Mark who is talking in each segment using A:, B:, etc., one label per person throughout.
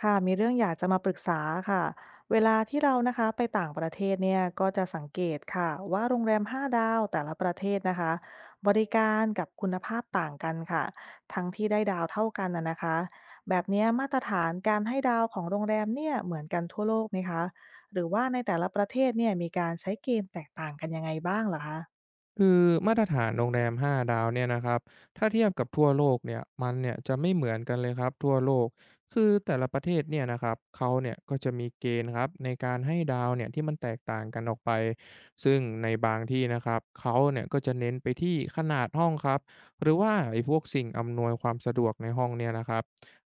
A: ค่ะมีเรื่องอยากจะมาปรึกษาค่ะเวลาที่เรานะคะไปต่างประเทศเนี่ยก็จะสังเกตค่ะว่าโรงแรม5ดาวแต่ละประเทศนะคะบริการกับคุณภาพต่างกันค่ะทั้งที่ได้ดาวเท่ากันนะนะคะแบบเนี้ยมาตรฐานการให้ดาวของโรงแรมเนี่ยเหมือนกันทั่วโลกไหมคะหรือว่าในแต่ละประเทศเนี่ยมีการใช้เกณฑ์แตกต่างกันยังไงบ้างเหรอคะ
B: คือมาตรฐานโรงแรม5ดาวเนี่ยนะครับถ้าเทียบกับทั่วโลกเนี่ยมันเนี่ยจะไม่เหมือนกันเลยครับทั่วโลกคือแต่ละประเทศเนี่ยนะครับเขาเนี่ยก็จะมีเกณฑ์ครับในการให้ดาวเนี่ยที่มันแตกต่างกันออกไปซึ่งในบางที่นะครับเขาเนี่ยก็จะเน้นไปที่ขนาดห้องครับหรือว่าไอ้พวกสิ่งอำนวยความสะดวกในห้องเนี่ยนะครับ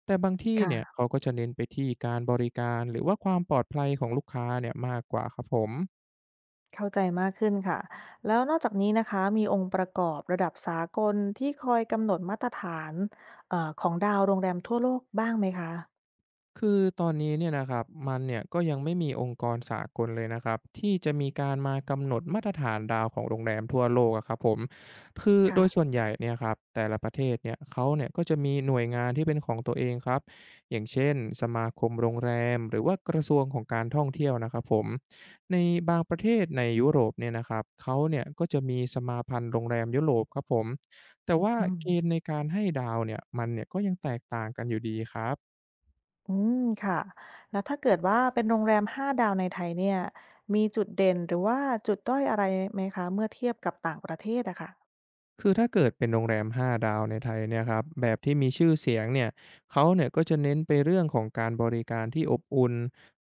B: แต่บางที่เนี่ยเขาก็จะเน้นไปที่การบริการหรือว่าความปลอดภัยของลูกค้าเนี่ยมากกว่าครับผม
A: เข้าใจมากขึ้นค่ะแล้วนอกจากนี้นะคะมีองค์ประกอบระดับสากลที่คอยกำหนดมาตรฐานของดาวโรงแรมทั่วโลกบ้างไหมคะ
B: คือตอนนี้เนี่ยนะครับมันเนี่ยก็ยังไม่มีองค์กรสากลเลยนะครับที่จะมีการมากำหนดมาตรฐานดาวของโรงแรมทั่วโลกอะครับผมคือโด
A: ค่ะ
B: ยส่วนใหญ่เนี่ยครับแต่ละประเทศเนี่ยเขาเนี่ยก็จะมีหน่วยงานที่เป็นของตัวเองครับอย่างเช่นสมาคมโรงแรมหรือว่ากระทรวงของการท่องเที่ยวนะครับผมในบางประเทศในยุโรปเนี่ยนะครับเขาเนี่ยก็จะมีสมาพันธ์โรงแรมยุโรปครับผมแต่ว่า
A: อืม
B: เกณฑ์ในการให้ดาวเนี่ยมันเนี่ยก็ยังแตกต่างกันอยู่ดีครับ
A: อืมค่ะแล้วถ้าเกิดว่าเป็นโรงแรม5ดาวในไทยเนี่ยมีจุดเด่นหรือว่าจุดด้อยอะไรไหมคะเมื่อเทียบกับต่างประเทศอะค่ะ
B: คือถ้าเกิดเป็นโรงแรม5ดาวในไทยเนี่ยครับแบบที่มีชื่อเสียงเนี่ยเขาเนี่ยก็จะเน้นไปเรื่องของการบริการที่อบอุ่น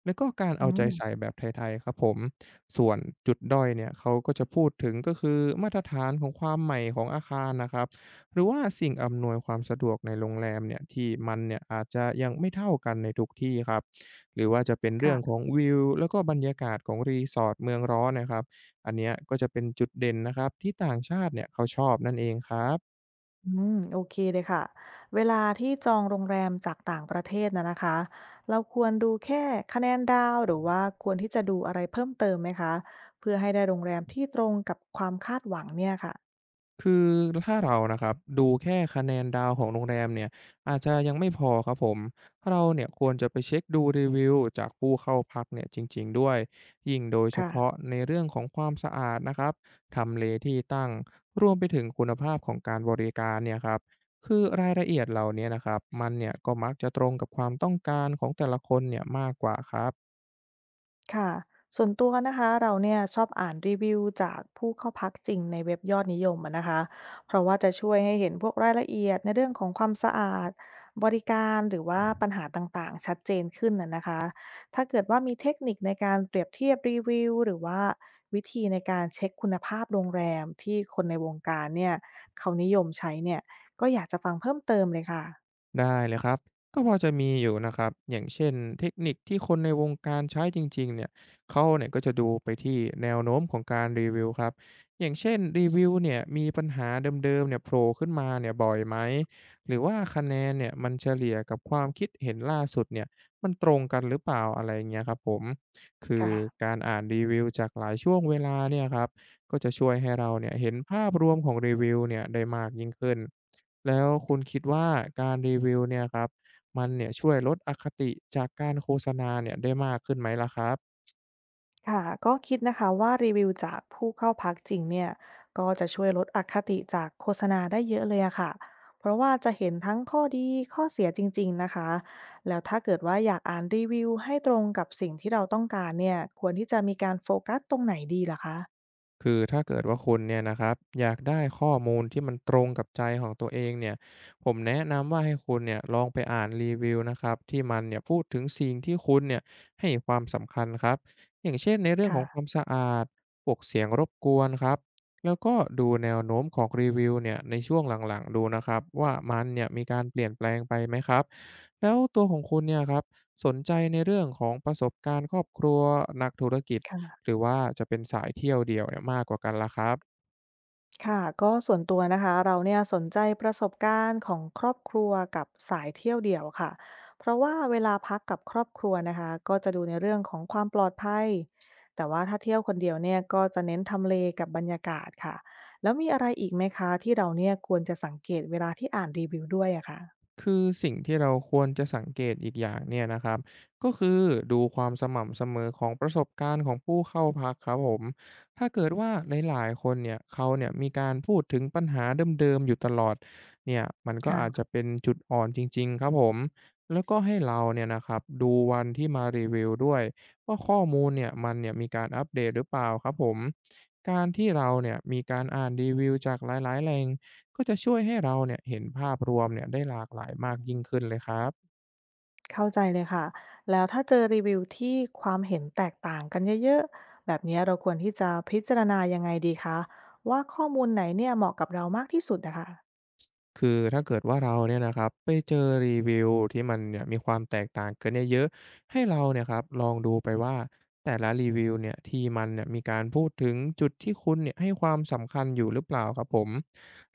B: และก็การ
A: อื
B: เอาใจ
A: ม
B: ใส่แบบไทยๆครับผมส่วนจุดด้อยเนี่ยเขาก็จะพูดถึงก็คือมาตรฐานของความใหม่ของอาคารนะครับหรือว่าสิ่งอำนวยความสะดวกในโรงแรมเนี่ยที่มันเนี่ยอาจจะยังไม่เท่ากันในทุกที่ครับหรือว่าจะเป็นเรื่องข
A: ค่ะ
B: องวิวแล้วก็บรรยากาศของรีสอร์ทเมืองร้อนนะครับ อันเนี้ยก็จะเป็นจุดเด่นนะครับที่ต่างชาติเนี่ยเขาชอบนั่นเองครับ
A: อืมโอเคเลยค่ะเวลาที่จองโรงแรมจากต่างประเทศนะนะคะเราควรดูแค่คะแนนดาวหรือว่าควรที่จะดูอะไรเพิ่มเติมไหมคะเพื่อให้ได้โรงแรมที่ตรงกับความคาดหวังเนี่ยค่ะ
B: คือถ้าเรานะครับดูแค่คะแนนดาวของโรงแรมเนี่ยอาจจะยังไม่พอครับผมเราเนี่ยควรจะไปเช็คดูรีวิวจากผู้เข้าพักเนี่ยจริงๆด้วยยิ่งโดยเฉพาะ
A: ค่ะ
B: ในเรื่องของความสะอาดนะครับทำเลที่ตั้งรวมไปถึงคุณภาพของการบริการเนี่ยครับคือรายละเอียดเหล่านี้นะครับมันเนี่ยก็มักจะตรงกับความต้องการของแต่ละคนเนี่ยมากกว่าครับ
A: ค่ะส่วนตัวนะคะเราเนี่ยชอบอ่านรีวิวจากผู้เข้าพักจริงในเว็บยอดนิยมอะนะคะเพราะว่าจะช่วยให้เห็นพวกรายละเอียดในเรื่องของความสะอาดบริการหรือว่าปัญหาต่างๆชัดเจนขึ้นนะนะคะถ้าเกิดว่ามีเทคนิคในการเปรียบเทียบรีวิวหรือว่าวิธีในการเช็คคุณภาพโรงแรมที่คนในวงการเนี่ยเขานิยมใช้เนี่ยก็อยากจะฟังเพิ่มเติมเลยค่ะ
B: ได้เลยครับ ก็พอจะมีอยู่นะครับอย่างเช่นเทคนิคที่คนในวงการใช้จริงๆเนี่ยเขาเนี่ยก็จะดูไปที่แนวโน้มของการรีวิวครับอย่างเช่นรีวิวเนี่ยมีปัญหาเดิมๆเนี่ยโผล่ขึ้นมาเนี่ยบ่อยไหม หรือว่าคะแนนเนี่ยมันเฉลี่ยกับความคิดเห็นล่าสุดเนี่ยมันตรงกันหรือเปล่าอะไรเงี้ยครับผม คือ
A: ค่ะ
B: การอ่านรีวิวจากหลายช่วงเวลาเนี่ยครับก็จะช่วยให้เราเนี่ยเห็นภาพรวมของรีวิวเนี่ยได้มากยิ่งขึ้น แล้วคุณคิดว่าการรีวิวเนี่ยครับมันเนี่ยช่วยลดอคติจากการโฆษณาเนี่ยได้มากขึ้นไหมล่ะครับ
A: ค่ะก็คิดนะคะว่ารีวิวจากผู้เข้าพักจริงเนี่ยก็จะช่วยลดอคติจากโฆษณาได้เยอะเลยอะค่ะเพราะว่าจะเห็นทั้งข้อดีข้อเสียจริงๆนะคะแล้วถ้าเกิดว่าอยากอ่านรีวิวให้ตรงกับสิ่งที่เราต้องการเนี่ยควรที่จะมีการโฟกัสตรงไหนดีลหรคะ
B: คือถ้าเกิดว่าคุณเนี่ยนะครับอยากได้ข้อมูลที่มันตรงกับใจของตัวเองเนี่ยผมแนะนำว่าให้คุณเนี่ยลองไปอ่านรีวิวนะครับที่มันเนี่ยพูดถึงสิ่งที่คุณเนี่ยให้ความสำคัญครับอย่างเช่นในเรื่องของความ
A: ค่ะ
B: สะอาดพวกเสียงรบกวนครับแล้วก็ดูแนวโน้มของรีวิวเนี่ยในช่วงหลังๆดูนะครับว่ามันเนี่ยมีการเปลี่ยนแปลงไปไหมครับแล้วตัวของคุณเนี่ยครับสนใจในเรื่องของประสบการณ์ครอบครัวนักธุรกิจ ห
A: ค่ะ
B: รือว่าจะเป็นสายเที่ยวเดียวเนี่ยมากกว่ากันล่ะครับ
A: ค่ะก็ส่วนตัวนะคะเราเนี่ยสนใจประสบการณ์ของครอบครัวกับสายเที่ยวเดี่ยวค่ะเพราะว่าเวลาพักกับครอบครัวนะคะก็จะดูในเรื่องของความปลอดภัยแต่ว่าถ้าเที่ยวคนเดียวเนี่ยก็จะเน้นทำเลกับบรรยากาศค่ะแล้วมีอะไรอีกไหมคะที่เราเนี่ยควรจะสังเกตเวลาที่อ่านรีวิวด้วยอะค่ะ
B: คือสิ่งที่เราควรจะสังเกตอีกอย่างเนี่ยนะครับก็คือดูความสม่ำเสมอของประสบการณ์ของผู้เข้าพักครับผมถ้าเกิดว่าหลายๆคนเนี่ยเขาเนี่ยมีการพูดถึงปัญหาเดิมๆอยู่ตลอดเนี่ยมันก็อาจ
A: ค่ะ
B: จะเป็นจุดอ่อนจริงๆครับผมแล้วก็ให้เราเนี่ยนะครับดูวันที่มารีวิวด้วยว่าข้อมูลเนี่ยมันเนี่ยมีการอัปเดตหรือเปล่าครับผมการที่เราเนี่ยมีการอ่านรีวิวจากหลายๆแหล่ง ก็จะช่วยให้เราเนี่ยเห็นภาพรวมเนี่ยได้หลากหลายมากยิ่งขึ้นเลยครับ
A: เข้าใจเลยค่ะแล้วถ้าเจอรีวิวที่ความเห็นแตกต่างกันเยอะๆแบบนี้เราควรที่จะพิจารณายังไงดีคะว่าข้อมูลไหนเนี่ยเหมาะกับเรามากที่สุดนะคะ
B: คือถ้าเกิดว่าเราเนี่ยนะครับไปเจอรีวิวที่มันเนี่ยมีความแตกต่างกันเนี่ยเยอะให้เราเนี่ยครับลองดูไปว่าแต่ละรีวิวเนี่ยที่มันเนี่ยมีการพูดถึงจุดที่คุณเนี่ยให้ความสำคัญอยู่หรือเปล่าครับผม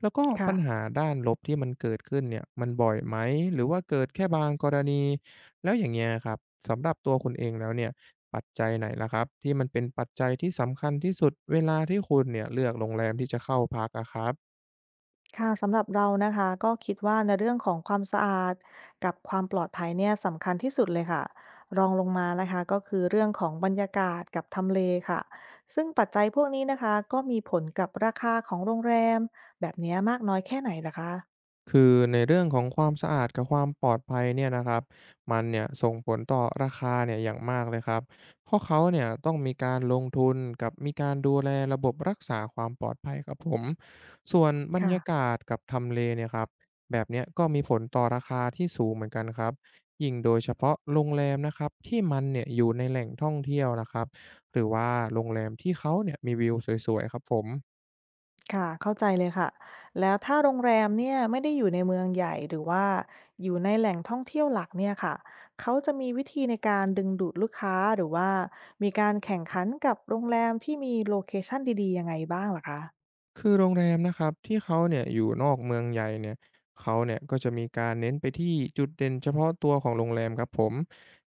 B: แล้วก็
A: ค่ะ
B: ปัญหาด้านลบที่มันเกิดขึ้นเนี่ยมันบ่อยไหมหรือว่าเกิดแค่บางกรณีแล้วอย่างเงี้ยครับสำหรับตัวคุณเองแล้วเนี่ยปัจจัยไหนล่ะครับที่มันเป็นปัจจัยที่สำคัญที่สุดเวลาที่คุณเนี่ยเลือกโรงแรมที่จะเข้าพักอะครับ
A: ค่ะสำหรับเรานะคะก็คิดว่าในเรื่องของความสะอาดกับความปลอดภัยเนี่ยสำคัญที่สุดเลยค่ะรองลงมานะคะก็คือเรื่องของบรรยากาศกับทำเลค่ะซึ่งปัจจัยพวกนี้นะคะก็มีผลกับราคาของโรงแรมแบบนี้มากน้อยแค่ไหนล่ะคะ
B: คือในเรื่องของความสะอาดกับความปลอดภัยเนี่ยนะครับมันเนี่ยส่งผลต่อราคาเนี่ยอย่างมากเลยครับเพราะเขาเนี่ยต้องมีการลงทุนกับมีการดูแลระบบรักษาความปลอดภัยครับผมส่วนบรรยา
A: ค่ะ
B: กาศกับทำเลเนี่ยครับแบบเนี้ยก็มีผลต่อราคาที่สูงเหมือนกันครับยิ่งโดยเฉพาะโรงแรมนะครับที่มันเนี่ยอยู่ในแหล่งท่องเที่ยวนะครับหรือว่าโรงแรมที่เขาเนี่ยมีวิวสวยๆครับผม
A: ค่ะเข้าใจเลยค่ะแล้วถ้าโรงแรมเนี่ยไม่ได้อยู่ในเมืองใหญ่หรือว่าอยู่ในแหล่งท่องเที่ยวหลักเนี่ยค่ะเขาจะมีวิธีในการดึงดูดลูกค้าหรือว่ามีการแข่งขันกับโรงแรมที่มีโลเคชั่นดีๆยังไงบ้างล่ะคะ
B: คือโรงแรมนะครับที่เขาเนี่ยอยู่นอกเมืองใหญ่เนี่ยเขาเนี่ยก็จะมีการเน้นไปที่จุดเด่นเฉพาะตัวของโรงแรมครับผม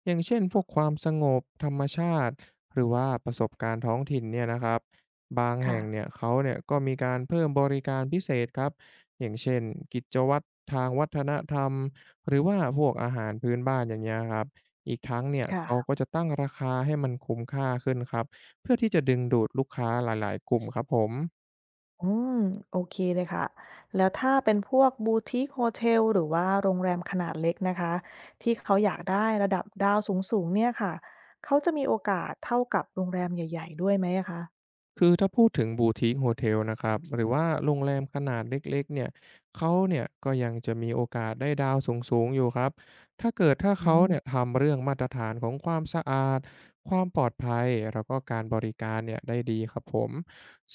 B: อย่างเช่นพวกความสงบธรรมชาติหรือว่าประสบการณ์ท้องถิ่นเนี่ยนะครับบางแห่
A: ค่ะ
B: งเนี่ยเขาเนี่ยก็มีการเพิ่มบริการพิเศษครับอย่างเช่นกิจวัตรทางวัฒนธรรมหรือว่าพวกอาหารพื้นบ้านอย่างเงี้ยครับอีกทั้งเนี่ย
A: ค่ะ
B: เขาก็จะตั้งราคาให้มันคุ้มค่าขึ้นครับเพื่อที่จะดึงดูดลูกค้าหลายๆกลุ่มครับผม
A: อืมโอเคเลยค่ะแล้วถ้าเป็นพวกบูติกโฮเทลหรือว่าโรงแรมขนาดเล็กนะคะที่เขาอยากได้ระดับดาวสูงๆเนี่ยค่ะเขาจะมีโอกาสเท่ากับโรงแรมใหญ่ๆด้วยไหมอะคะ
B: คือถ้าพูดถึงบูทิ i โฮเทลนะครับหรือว่าโรงแรมขนาดเล็กๆเนี่ยเขาเนี่ยก็ยังจะมีโอกาสได้ดาวสูงๆอยู่ครับถ้า
A: อื
B: เขาเนี่ย
A: ม
B: ทำเรื่องมาตรฐานของความสะอาดความปลอดภัยแล้วก็การบริการเนี่ยได้ดีครับผม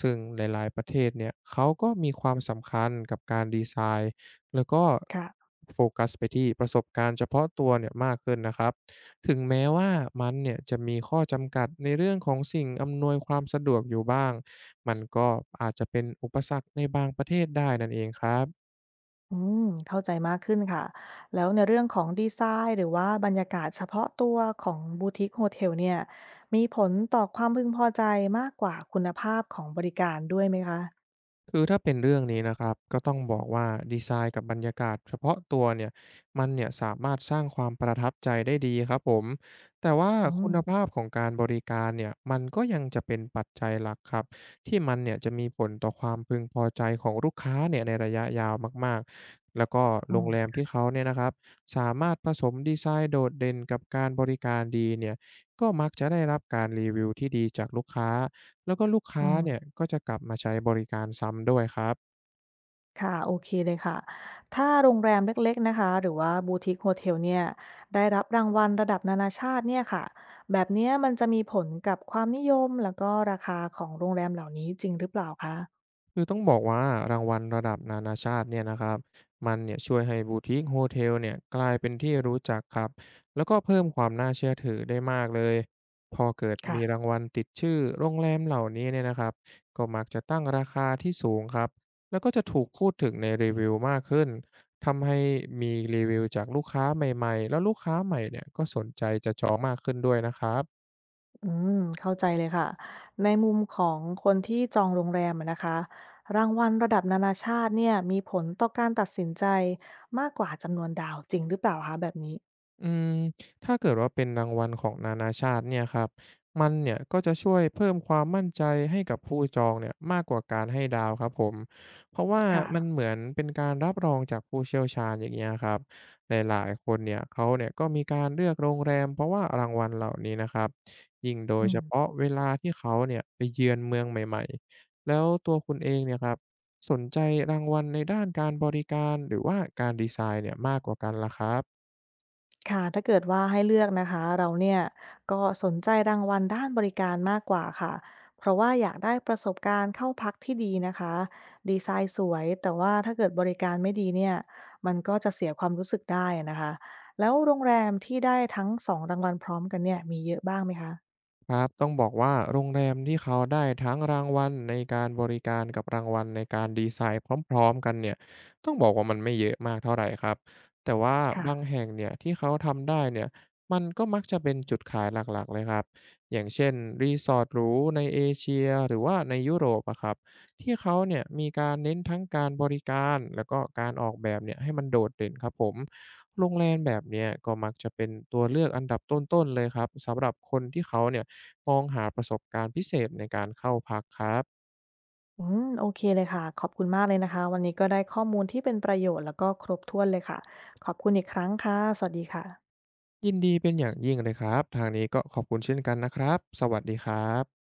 B: ซึ่งหลายๆประเทศเนี่ยเขาก็มีความสำคัญกับการดีไซน์แล้วก็
A: ค่ะ
B: โฟกัสไปที่ประสบการณ์เฉพาะตัวเนี่ยมากขึ้นนะครับ ถึงแม้ว่ามันเนี่ยจะมีข้อจำกัดในเรื่องของสิ่งอำนวยความสะดวกอยู่บ้าง มันก็อาจจะเป็นอุปสรรคในบางประเทศได้นั่นเองครับ
A: อืมเข้าใจมากขึ้นค่ะแล้วในเรื่องของดีไซน์หรือว่าบรรยากาศเฉพาะตัวของบูติกโฮเทลเนี่ยมีผลต่อความพึงพอใจมากกว่าคุณภาพของบริการด้วยไหมคะ
B: คือถ้าเป็นเรื่องนี้นะครับก็ต้องบอกว่าดีไซน์กับบรรยากาศเฉพาะตัวเนี่ยมันเนี่ยสามารถสร้างความประทับใจได้ดีครับผมแต่ว่า
A: อื
B: คุ
A: ม
B: ณภาพของการบริการเนี่ยมันก็ยังจะเป็นปัจจัยหลักครับที่มันเนี่ยจะมีผลต่อความพึงพอใจของลูกค้าเนี่ยในระยะยาวมากๆแล้วก็
A: อื
B: โรงแรม
A: ม
B: ที่เขาเนี่ยนะครับสามารถผสมดีไซน์โดดเด่นกับการบริการดีเนี่ยก็มักจะได้รับการรีวิวที่ดีจากลูกค้า แล้วก็ลูก
A: อื
B: ค้าเนี่ย
A: ม
B: ก็จะกลับมาใช้บริการซ้ำด้วยครับ
A: ค่ะโอเคเลยค่ะถ้าโรงแรมเล็กๆนะคะหรือว่าบูติกโฮเทลเนี่ยได้รับรางวัลระดับนานาชาติเนี่ยค่ะแบบเนี้ยมันจะมีผลกับความนิยมแล้วก็ราคาของโรงแรมเหล่านี้จริงหรือเปล่าคะ
B: คือต้องบอกว่ารางวัลระดับนานาชาติเนี่ยนะครับมันเนี่ยช่วยให้บูติกโฮเทลเนี่ยกลายเป็นที่รู้จักครับแล้วก็เพิ่มความน่าเชื่อถือได้มากเลยพอเกิด
A: ค่ะ
B: มีรางวัลติดชื่อโรงแรมเหล่านี้เนี่ยนะครับก็มักจะตั้งราคาที่สูงครับแล้วก็จะถูกพูดถึงในรีวิวมากขึ้นทำให้มีรีวิวจากลูกค้าใหม่ๆแล้วลูกค้าใหม่เนี่ยก็สนใจจะจองมากขึ้นด้วยนะครับ
A: อืมเข้าใจเลยค่ะในมุมของคนที่จองโรงแรมอะนะคะรางวัลระดับนานาชาติเนี่ยมีผลต่อการตัดสินใจมากกว่าจำนวนดาวจริงหรือเปล่าคะแบบนี้
B: อืมถ้าเกิดว่าเป็นรางวัลของนานาชาติเนี่ยครับมันเนี่ยก็จะช่วยเพิ่มความมั่นใจให้กับผู้จองเนี่ยมากกว่าการให้ดาวครับผมเพราะว่า
A: ค่ะ
B: มันเหมือนเป็นการรับรองจากผู้เชี่ยวชาญอย่างเงี้ยครับหลายๆคนเนี่ยเขาเนี่ยก็มีการเลือกโรงแรมเพราะว่ารางวัลเหล่านี้นะครับยิ่งโดย
A: อื
B: เฉ
A: ม
B: พาะเวลาที่เขาเนี่ยไปเยือนเมืองใหม่ๆแล้วตัวคุณเองเนี่ยครับสนใจรางวัลในด้านการบริการหรือว่าการดีไซน์เนี่ยมากกว่ากันล่ะครับ
A: ค่ะถ้าเกิดว่าให้เลือกนะคะเราเนี่ยก็สนใจรางวัลด้านบริการมากกว่าค่ะเพราะว่าอยากได้ประสบการณ์เข้าพักที่ดีนะคะดีไซน์สวยแต่ว่าถ้าเกิดบริการไม่ดีเนี่ยมันก็จะเสียความรู้สึกได้อนะคะแล้วโรงแรมที่ได้ทั้งสองรางวัลพร้อมกันเนี่ยมีเยอะบ้างไหมคะ
B: ครับต้องบอกว่าโรงแรมที่เขาได้ทั้งรางวัลในการบริการกับรางวัลในการดีไซน์พร้อมๆกันเนี่ยต้องบอกว่ามันไม่เยอะมากเท่าไรครับแต่ว่า
A: ค่ะ
B: บางแห่งเนี่ยที่เขาทำได้เนี่ยมันก็มักจะเป็นจุดขายหลักๆเลยครับอย่างเช่น Resort หรูในเอเชียหรือว่าในยุโรปอะครับที่เขาเนี่ยมีการเน้นทั้งการบริการแล้วก็การออกแบบเนี่ยให้มันโดดเด่นครับผม โรงแรมแบบเนี้ยก็มักจะเป็นตัวเลือกอันดับต้นๆเลยครับสำหรับคนที่เขาเนี่ยมองหาประสบการณ์พิเศษในการเข้าพักครับ
A: อืมโอเคเลยค่ะขอบคุณมากเลยนะคะวันนี้ก็ได้ข้อมูลที่เป็นประโยชน์แล้วก็ครบถ้วนเลยค่ะขอบคุณอีกครั้งค่ะสวัสดีค่ะ
B: ยินดีเป็นอย่างยิ่งเลยครับทางนี้ก็ขอบคุณเช่นกันนะครับสวัสดีครับ